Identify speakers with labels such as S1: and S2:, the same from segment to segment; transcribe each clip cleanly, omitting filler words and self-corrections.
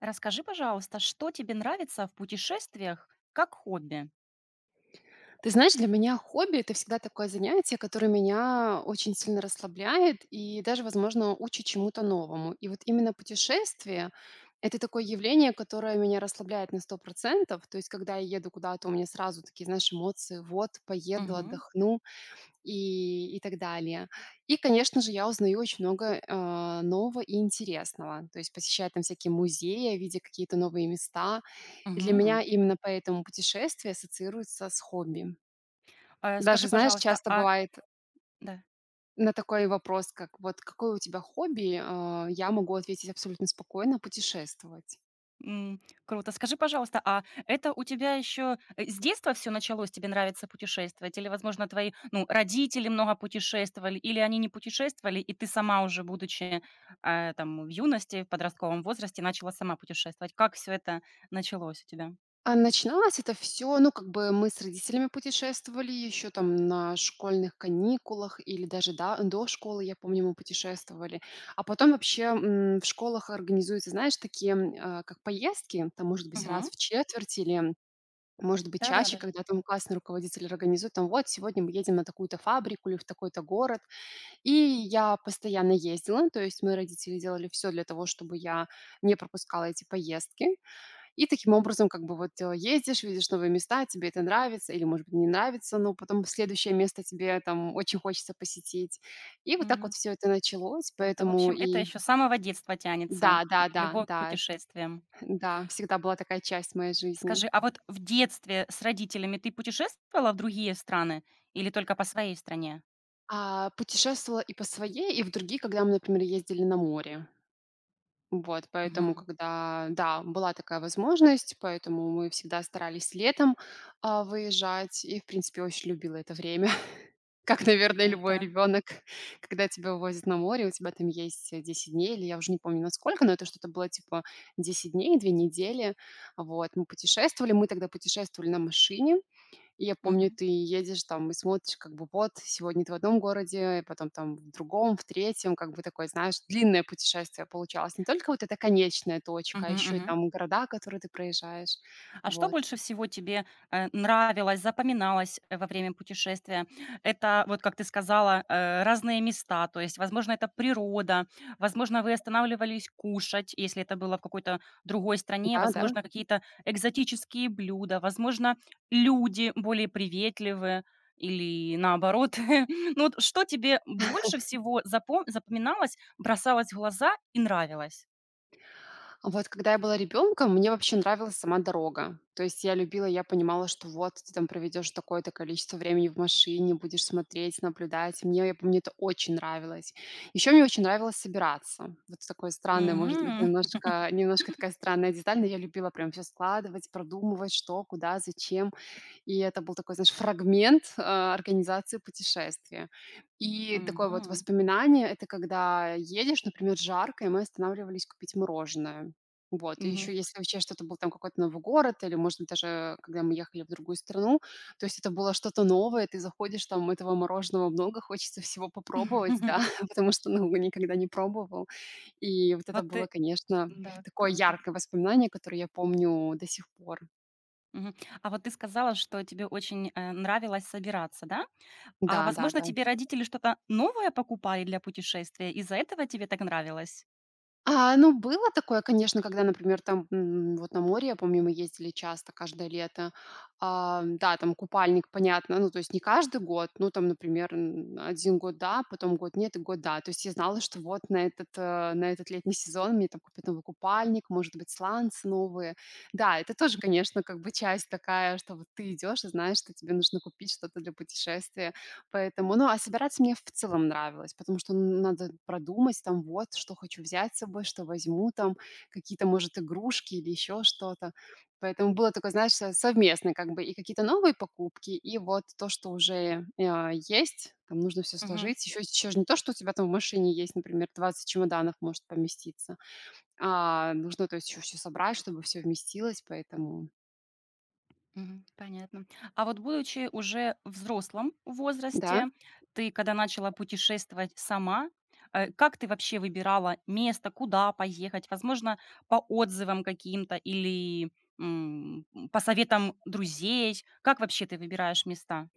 S1: Расскажи, пожалуйста, что тебе нравится в путешествиях как хобби?
S2: Ты знаешь, для меня хобби- это всегда такое занятие, которое меня очень сильно расслабляет и даже, возможно, учит чему-то новому. И вот именно путешествие- это такое явление, которое меня расслабляет на 100%. То есть когда я еду куда-то, у меня сразу такие, знаешь, эмоции: "Вот, поеду,
S1: Мгм.
S2: отдохну", и так далее. И, конечно же, я узнаю очень много, нового и интересного. То есть посещаю там всякие музеи, видя какие-то новые места. И для меня
S1: Мгм.
S2: именно поэтому путешествие ассоциируется с хобби.
S1: Э,
S2: Даже,
S1: скажи,
S2: знаешь,
S1: пожалуйста,
S2: часто
S1: а
S2: бывает
S1: Да.
S2: на такой вопрос, как вот какое у тебя хобби, я могу ответить абсолютно спокойно: путешествовать.
S1: М, Круто. Скажи, пожалуйста, а это у тебя еще, с детства все началось, тебе нравится путешествовать? Или, возможно, твои, ну, родители много путешествовали, или они не путешествовали, и ты сама уже, будучи, там, в юности, в подростковом возрасте, начала сама путешествовать? Как все это началось у тебя?
S2: А начиналось это все, ну, как бы мы с родителями путешествовали еще там на школьных каникулах или даже да до школы, я помню, мы путешествовали. А потом вообще, в школах организуются, знаешь, такие, как поездки, там, может быть, раз в четверть или, может быть, чаще,
S1: Да-да-да.
S2: когда там классный руководитель организует, там: "Вот сегодня мы едем на такую-то фабрику или в такой-то город". И я постоянно ездила, то есть мои родители делали все для того, чтобы я не пропускала эти поездки. И таким образом, как бы вот, ездишь, видишь новые места, тебе это нравится или, может быть, не нравится, но потом следующее место тебе там очень хочется посетить. И вот так вот все это началось,
S1: Круто. В
S2: поэтому
S1: общем, это
S2: и.
S1: еще с самого детства
S2: Да,
S1: тянется.
S2: да, да,
S1: Любовь к
S2: да,
S1: путешествиям.
S2: да, всегда была такая часть моей жизни.
S1: Скажи, а вот в детстве с родителями ты путешествовала в другие страны или только по своей стране?
S2: Путешествовала и по своей, и в другие, когда мы, например, ездили на море. Вот, поэтому,
S1: Мгм.
S2: когда, да, была такая возможность, поэтому мы всегда старались летом, выезжать. И, в принципе, очень любила это время, как, наверное, любой
S1: Круто.
S2: ребенок, когда тебя вывозят на море, у тебя там есть, 10 дней, или я уже не помню, насколько, но это что-то было типа 10 дней, 2 недели. Вот, мы путешествовали, мы тогда путешествовали на машине. И я помню,
S1: Мгм.
S2: ты едешь там и смотришь, как бы вот сегодня ты в одном городе, потом там в другом, в третьем, как бы такое, знаешь, длинное путешествие получалось. Не только вот эта конечная точка, а
S1: Мгм,
S2: еще и
S1: мгм.
S2: там города, которые ты проезжаешь.
S1: А что
S2: Вот.
S1: больше всего тебе, нравилось, запоминалось, во время путешествия? Это, вот как ты сказала, разные места, то есть, возможно, это природа, возможно, вы останавливались кушать, если это было в какой-то другой стране,
S2: Да, да.
S1: возможно, какие-то экзотические блюда, возможно, люди более приветливые или наоборот. Ну вот что тебе больше всего запоминалось, бросалось в глаза и нравилось?
S2: Вот когда я была ребенком, мне вообще нравилась сама дорога. То есть я любила, я понимала, что вот ты там проведешь такое-то количество времени в машине, будешь смотреть, наблюдать. Мне, я помню, это очень нравилось. Еще мне очень нравилось собираться. Вот такое странное, может быть,
S1: Мгм.
S2: немножко, немножко такая странная деталь, но я любила прям все складывать, продумывать, что, куда, зачем. И это был такой, знаешь, фрагмент, организации путешествия. И такое вот
S1: Мгм.
S2: воспоминание- это когда едешь, например, жарко, и мы останавливались купить мороженое. Вот, и еще
S1: Мгм.
S2: если вообще что-то был там какой-то новый город или, может быть, даже когда мы ехали в другую страну, то есть это было что-то новое, ты заходишь, там этого мороженого много, хочется всего попробовать, да, потому что, ну, никогда не пробовал. И вот это
S1: Вот
S2: было,
S1: ты
S2: конечно,
S1: да,
S2: такое
S1: круто.
S2: яркое воспоминание, которое я помню до сих пор.
S1: Мгм. А вот ты сказала, что тебе очень, нравилось собираться, да? А, возможно,
S2: Да-да-да.
S1: тебе родители что-то новое покупали для путешествия, из-за этого тебе так нравилось?
S2: Ну, было такое, конечно, когда, например, там, вот на море, я помню, мы ездили часто каждое лето. Да, там купальник, понятно, ну, то есть не каждый год, ну, там, например, 1 год да, потом год нет и год да. То есть я знала, что вот на этот летний сезон мне там купят новый купальник, может быть, сланцы новые. Да, это тоже, конечно, как бы часть такая, что вот ты идешь, и знаешь, что тебе нужно купить что-то для путешествия. Поэтому, ну, а собираться мне в целом нравилось, потому что надо продумать там вот, что хочу взять с собой, что возьму там, какие-то, может, игрушки или еще что-то. Поэтому было такое, знаешь, совместно как бы и какие-то новые покупки, и вот то, что уже есть, там нужно все
S1: Мгм,
S2: сложить. Еще же не то, что у тебя там в машине есть, например, 20 чемоданов может поместиться, а нужно, то есть, еще все собрать, чтобы все вместилось, поэтому.
S1: мгм, понятно. А вот будучи уже взрослым в
S2: Да,
S1: возрасте, ты когда начала путешествовать сама, как ты вообще выбирала место, куда поехать? Возможно, по отзывам каким-то или, м, по советам друзей? Как вообще ты выбираешь места?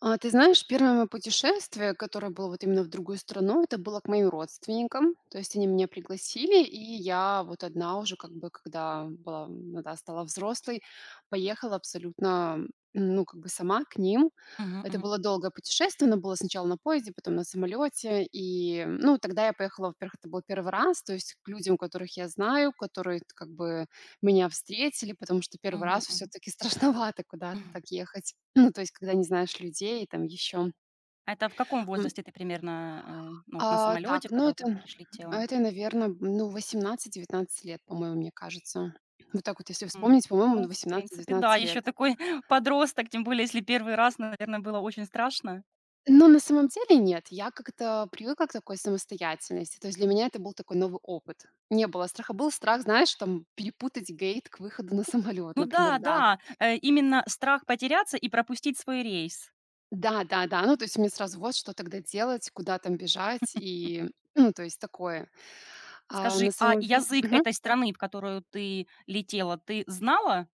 S2: Ты знаешь, первое моё путешествие, которое было вот именно в другую страну, это было к моим родственникам. То есть они меня пригласили, и я вот одна уже, как бы, когда была, ну да, стала взрослой, поехала абсолютно, ну, как бы сама к ним.
S1: Мгм,
S2: Это
S1: мгм.
S2: было долгое путешествие, оно было сначала на поезде, потом на самолете. И, ну, тогда я поехала, во-первых, это был первый раз, то есть к людям, которых я знаю, которые, как бы, меня встретили, потому что первый
S1: Мгм,
S2: раз все
S1: мгм.
S2: таки страшновато куда-то
S1: Мгм.
S2: так ехать. Ну, то есть, когда не знаешь людей, там еще.
S1: А это в каком возрасте ты примерно, ну, вот на
S2: Так,
S1: самолете,
S2: ну,
S1: когда вот ты
S2: это
S1: говоришь, летела?
S2: это, наверное, ну, 18-19 лет, по-моему, мне кажется. Вот так вот, если
S1: М,
S2: вспомнить, по-моему,
S1: ну, в принципе, да,
S2: 18-19 лет.
S1: еще такой подросток, тем более, если первый раз, наверное, было очень страшно.
S2: Но на самом деле нет, я как-то привыкла к такой самостоятельности. То есть для меня это был такой новый опыт. Не было страха. Был страх, знаешь, там перепутать гейт к выходу на самолет,
S1: Ну
S2: например,
S1: да,
S2: да.
S1: да, именно страх потеряться и пропустить свой рейс.
S2: Да, да, да. Ну, то есть мне сразу: вот что тогда делать, куда там бежать и, ну, то есть такое. А
S1: Скажи,
S2: на
S1: а
S2: самом деле.
S1: язык
S2: Мгм.
S1: этой страны, в которую ты летела, ты знала?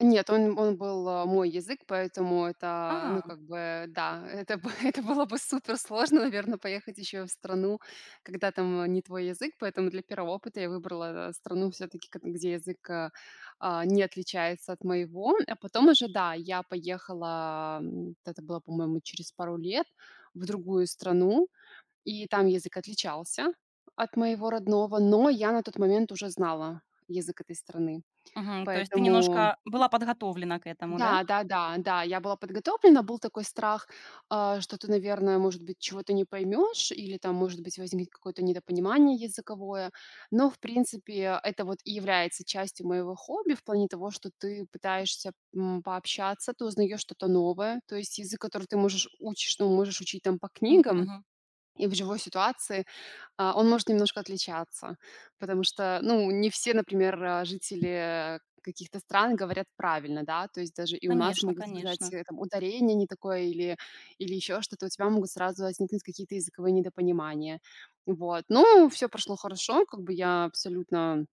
S2: Нет, он был, мой язык, поэтому это, ну,
S1: А,
S2: как бы, да, это бы это было бы супер сложно, наверное, поехать еще в страну, когда там, не твой язык. Поэтому для первого опыта я выбрала, страну все таки, где язык, не отличается от моего. А потом уже, да, я поехала, это было, по-моему, через пару лет в другую страну. И там язык отличался от моего родного, но я на тот момент уже знала язык этой страны.
S1: мгм, то есть ты
S2: Поэтому
S1: немножко была подготовлена к этому, да?
S2: да, да, да, да, я была подготовлена, был такой страх, что ты, наверное, может быть, чего-то не поймешь или там, может быть, возникнет какое-то недопонимание языковое. Но, в принципе, это вот и является частью моего хобби в плане того, что ты пытаешься, пообщаться, ты узнаешь что-то новое. То есть язык, который ты можешь учишь, ну, можешь учить там по
S1: Мгм,
S2: книгам,
S1: мгм.
S2: и в живой ситуации, он может немножко отличаться, потому что, ну, не все, например, жители каких-то стран говорят правильно, да, то есть даже и у нас
S1: Конечно,
S2: могут сказать,
S1: конечно.
S2: там, ударение не такое или еще что-то, у тебя могут сразу возникнуть какие-то языковые недопонимания. Вот. Ну, все прошло хорошо, как бы я абсолютно,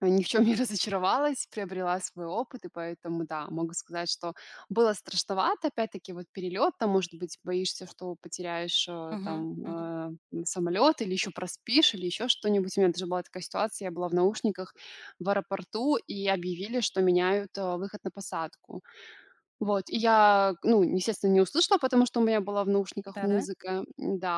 S2: ни в чем не разочаровалась, приобрела свой опыт, и поэтому, да, могу сказать, что было страшновато. Опять-таки, вот перелет, там, может быть, боишься, что потеряешь,
S1: Мгм, мгм.
S2: там, самолет или еще проспишь, или еще что-нибудь. У меня даже была такая ситуация, я была в наушниках в аэропорту, и объявили, что меняют, выход на посадку. Вот, и я, ну, естественно, не услышала, потому что у меня была в наушниках
S1: Да-да?
S2: музыка,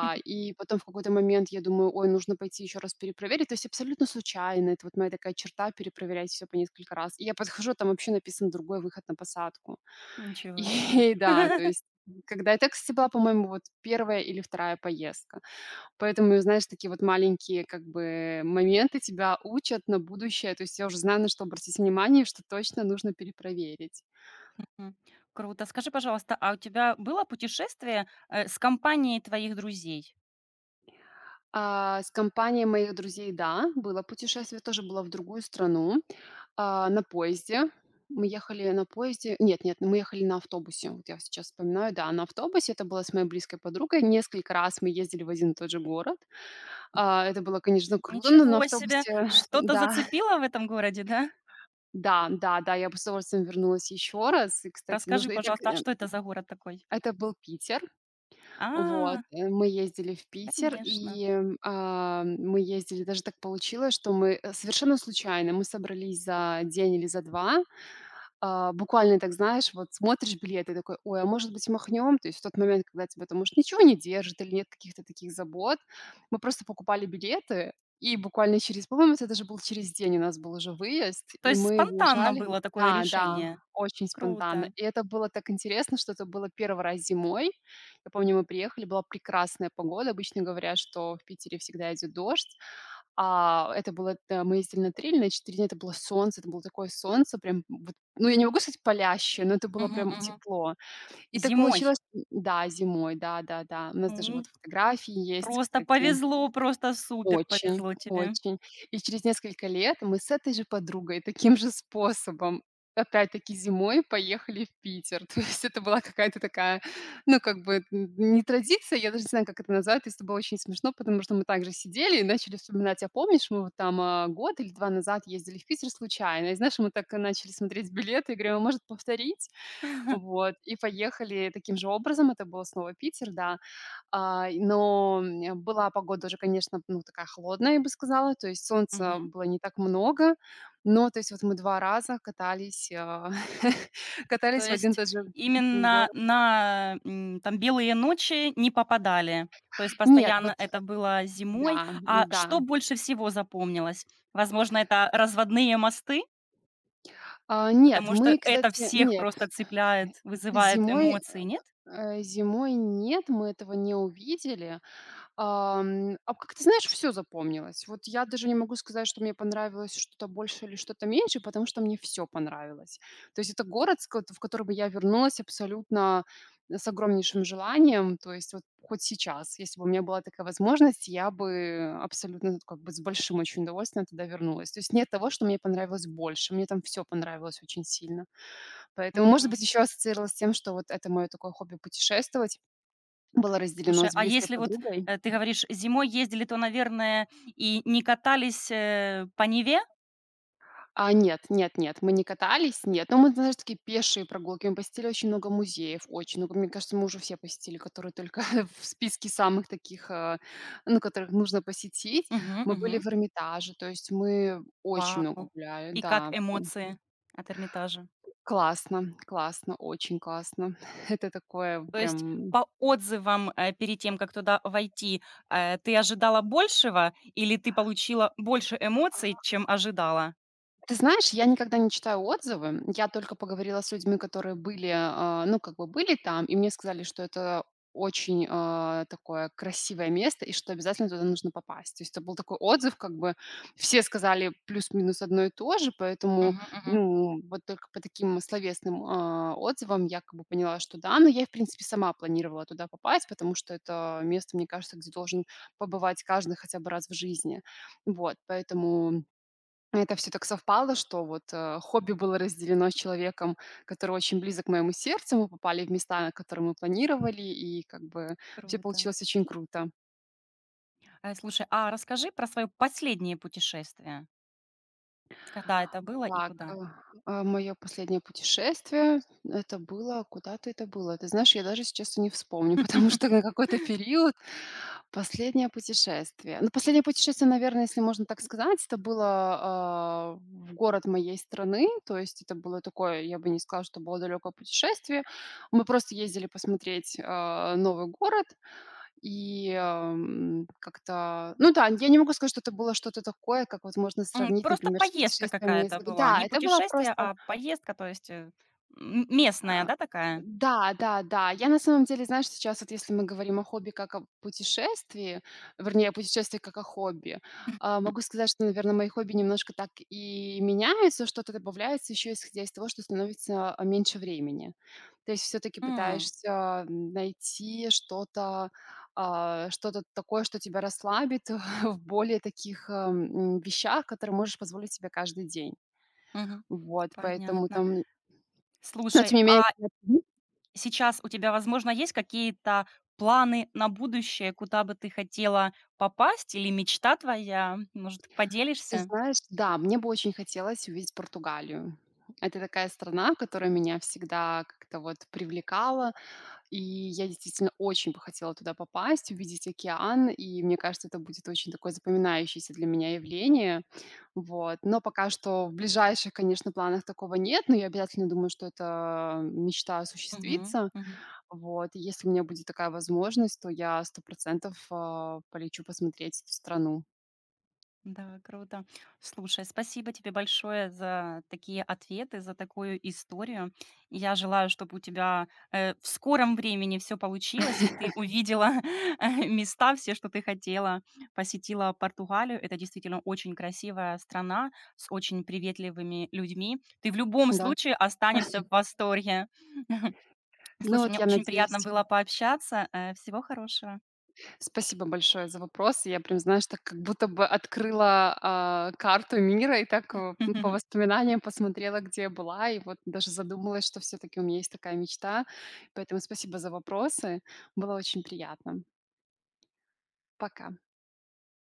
S2: И потом в какой-то момент я думаю: "Ой, нужно пойти еще раз перепроверить". То есть абсолютно случайно. Это вот моя такая черта- перепроверять все по несколько раз. И я подхожу, а там вообще написан "Другой выход на посадку".
S1: Ничего себе.
S2: И да, то есть, когда это, кстати, была, по-моему, вот первая или вторая поездка. Поэтому, знаешь, такие вот маленькие, как бы, моменты тебя учат на будущее. То есть я уже знаю, на что обратить внимание, что точно нужно перепроверить.
S1: М, Круто. Скажи, пожалуйста, а у тебя было путешествие, с компанией твоих друзей?
S2: С компанией моих друзей, да, было путешествие, тоже было в другую страну, на поезде. Мы ехали на поезде. Нет, нет, мы ехали на автобусе. Вот я сейчас вспоминаю, да, на автобусе. Это было с моей близкой подругой. Несколько раз мы ездили в один и тот же город. Это было, конечно, круто, но на
S1: Ничего себе!
S2: автобусе,
S1: Что-то
S2: да,
S1: зацепило в этом городе, да?
S2: да, да, да, я бы с удовольствием вернулась еще раз. И, кстати,
S1: Расскажи,
S2: нужно. И так,
S1: пожалуйста, а что это за город такой?
S2: это был Питер. Вот,
S1: А,
S2: мы ездили в Питер,
S1: конечно.
S2: и, мы ездили, даже так получилось, что мы, совершенно случайно, мы собрались за день или за 2. Буквально так, знаешь, вот смотришь билеты такой: "Ой, а может быть, махнем?" То есть в тот момент, когда тебя там, может, ничего не держит или нет каких-то таких забот. Мы просто покупали билеты, и буквально через, по-моему, это даже был через день, у нас был уже выезд,
S1: То
S2: и
S1: есть
S2: мы
S1: спонтанно
S2: уезжали.
S1: было такое
S2: Да, да,
S1: решение.
S2: очень спонтанно.
S1: Круто.
S2: И это было так интересно, что это было первый раз зимой. Я помню, мы приехали, была прекрасная погода. Обычно говорят, что в Питере всегда идет дождь. Это было, т мы ездили на 3 на 4 дня, это было солнце, это было такое солнце, прям вот, ну, я не могу сказать палящее, но это было
S1: Мгм,
S2: прям
S1: мгм.
S2: тепло. И так
S1: Зимой?
S2: получилось, да, зимой, да-да-да. У нас даже вот
S1: Ну,
S2: фотографии есть,
S1: просто
S2: кстати.
S1: повезло, просто супер
S2: Очень,
S1: повезло тебе.
S2: очень. И через несколько лет мы с этой же подругой таким же способом, опять-таки зимой, поехали в Питер. То есть это была какая-то такая, ну, как бы, н не традиция, я даже не знаю, как это назвать. То есть это было очень смешно, потому что мы также сидели и начали вспоминать: "А помнишь, мы вот там, год или 2 назад ездили в Питер случайно?" И знаешь, мы так и начали смотреть билеты и говорим: "А может повторить?" Вот, и поехали таким же образом. Это был снова Питер, да. Была погода уже, конечно, ну, такая холодная, я бы сказала. То есть солнца
S1: Мгм.
S2: было не так много. Но, то есть вот мы 2 раза катались,
S1: То
S2: катались в один и
S1: есть
S2: тот же
S1: именно
S2: город.
S1: на, там белые ночи не попадали. То есть
S2: Нет, вот
S1: постоянно это было зимой.
S2: да,
S1: А что
S2: да.
S1: больше всего запомнилось? Возможно, это разводные мосты,
S2: А, нет,
S1: потому
S2: мы,
S1: что это
S2: кстати,
S1: всех
S2: нет,
S1: просто цепляет, вызывает
S2: зимой,
S1: эмоции, нет?
S2: зимой нет, мы этого не увидели. А как ты знаешь, все запомнилось. Вот я даже не могу сказать, что мне понравилось что-то больше или что-то меньше, потому что мне все понравилось. То есть это город, с кот в который бы я вернулась абсолютно, с огромнейшим желанием. То есть вот хоть сейчас, если бы у меня была такая возможность, я бы абсолютно как бы с большим очень удовольствием туда вернулась. То есть нет того, что мне понравилось больше. Мне там все понравилось очень сильно. Поэтому, может
S1: Мгм.
S2: быть, еще ассоциировалось с тем, что вот это мое такое хобби путешествовать было разделено
S1: Слушай,
S2: с
S1: а
S2: близкой
S1: если вот,
S2: подругой.
S1: ты говоришь, зимой ездили, то, наверное, и не катались, по Неве?
S2: А, нет, нет, нет, мы не катались, нет. Но мы, знаешь, такие пешие прогулки. Мы посетили очень много музеев, очень много. Мне кажется, мы уже все посетили, которые только в списке самых таких, ну, которых нужно посетить.
S1: Мгм,
S2: Мы были
S1: мгм.
S2: в Эрмитаже, то есть мы очень
S1: Вау!
S2: много гуляли,
S1: И как
S2: да.
S1: эмоции от Эрмитажа?
S2: Классно, классно, очень классно. Это такое
S1: То есть
S2: прям.
S1: по отзывам, перед тем, как туда войти, ты ожидала большего или ты получила больше эмоций, чем ожидала?
S2: Ты знаешь, я никогда не читаю отзывы. Я только поговорила с людьми, которые были, ну, как бы были там, и мне сказали, что это очень, такое красивое место, и что обязательно туда нужно попасть. То есть это был такой отзыв, как бы все сказали плюс-минус одно и то же, поэтому,
S1: Мгм, мгм.
S2: ну, вот только по таким словесным, отзывам я как бы поняла, что да, но я, в принципе, сама планировала туда попасть, потому что это место, мне кажется, где должен побывать каждый хотя бы раз в жизни. Вот, поэтому это все так совпало, что вот, хобби было разделено с человеком, который очень близок к моему сердцу. Мы попали в места, на которые мы планировали, и как бы все
S1: Круто.
S2: получилось очень круто.
S1: Слушай, а расскажи про свое последнее путешествие. Когда это было и
S2: Так,
S1: куда?
S2: мое последнее путешествие- это было куда-то это было. Ты знаешь, я даже сейчас и не вспомню, потому что на какой-то период. Последнее путешествие. Ну, последнее путешествие, наверное, если можно так сказать, это было, в город моей страны. То есть это было такое, я бы не сказала, что было далекое путешествие. Мы просто ездили посмотреть, новый город, как-то. Ну да, я не могу сказать, что это было что-то такое, как вот можно сравнить,
S1: Просто
S2: например, с
S1: поездка
S2: путешествиями.
S1: какая-то была.
S2: Да,
S1: Не
S2: это было
S1: путешествие,
S2: просто
S1: а поездка, то есть, м местная,
S2: а,
S1: да, такая?
S2: да, да, да. Я на самом деле, знаешь, сейчас вот если мы говорим о хобби как о путешествии, вернее, о путешествии как о хобби, могу сказать, что, наверное, мои хобби немножко так и меняются, что-то добавляется еще исходя из того, что становится меньше времени. То есть все-таки
S1: М,
S2: пытаешься найти что-то, что-то такое, что тебя расслабит в более таких вещах, которые можешь позволить себе каждый день.
S1: Мгм.
S2: Вот, поэтому
S1: Понятно.
S2: там. Но,
S1: Слушай,
S2: тем не менее.
S1: а Сейчас у тебя, возможно, есть какие-то планы на будущее, куда бы ты хотела попасть или мечта твоя? Может,
S2: Ты
S1: поделишься?
S2: знаешь, да, мне бы очень хотелось увидеть Португалию. Это такая страна, которая меня всегда как-то вот привлекала, и я действительно очень бы хотела туда попасть, увидеть океан, и мне кажется, это будет очень такое запоминающееся для меня явление, вот. Но пока что в ближайших, конечно, планах такого нет, но я обязательно думаю, что эта мечта
S1: Мгм.
S2: осуществится,
S1: Мгм.
S2: вот. И если у меня будет такая возможность, то я 100 полечу посмотреть эту страну,
S1: Да, круто. Слушай, спасибо тебе большое за такие ответы, за такую историю. Я желаю, чтобы у тебя в скором времени все получилось, и ты увидела места все, что ты хотела. Посетила Португалию. Это действительно очень красивая страна с очень приветливыми людьми. Ты в любом
S2: да.
S1: случае останешься в восторге.
S2: Ну
S1: Слушай,
S2: вот
S1: мне
S2: я
S1: очень
S2: надеюсь.
S1: приятно было пообщаться. Всего хорошего.
S2: Спасибо большое за вопрос. Я прям, знаешь, так как будто бы открыла, карту мира и так, по воспоминаниям посмотрела, где я была, и вот даже задумалась, что все таки у меня есть такая мечта. Поэтому спасибо за вопросы. Было очень приятно. Пока.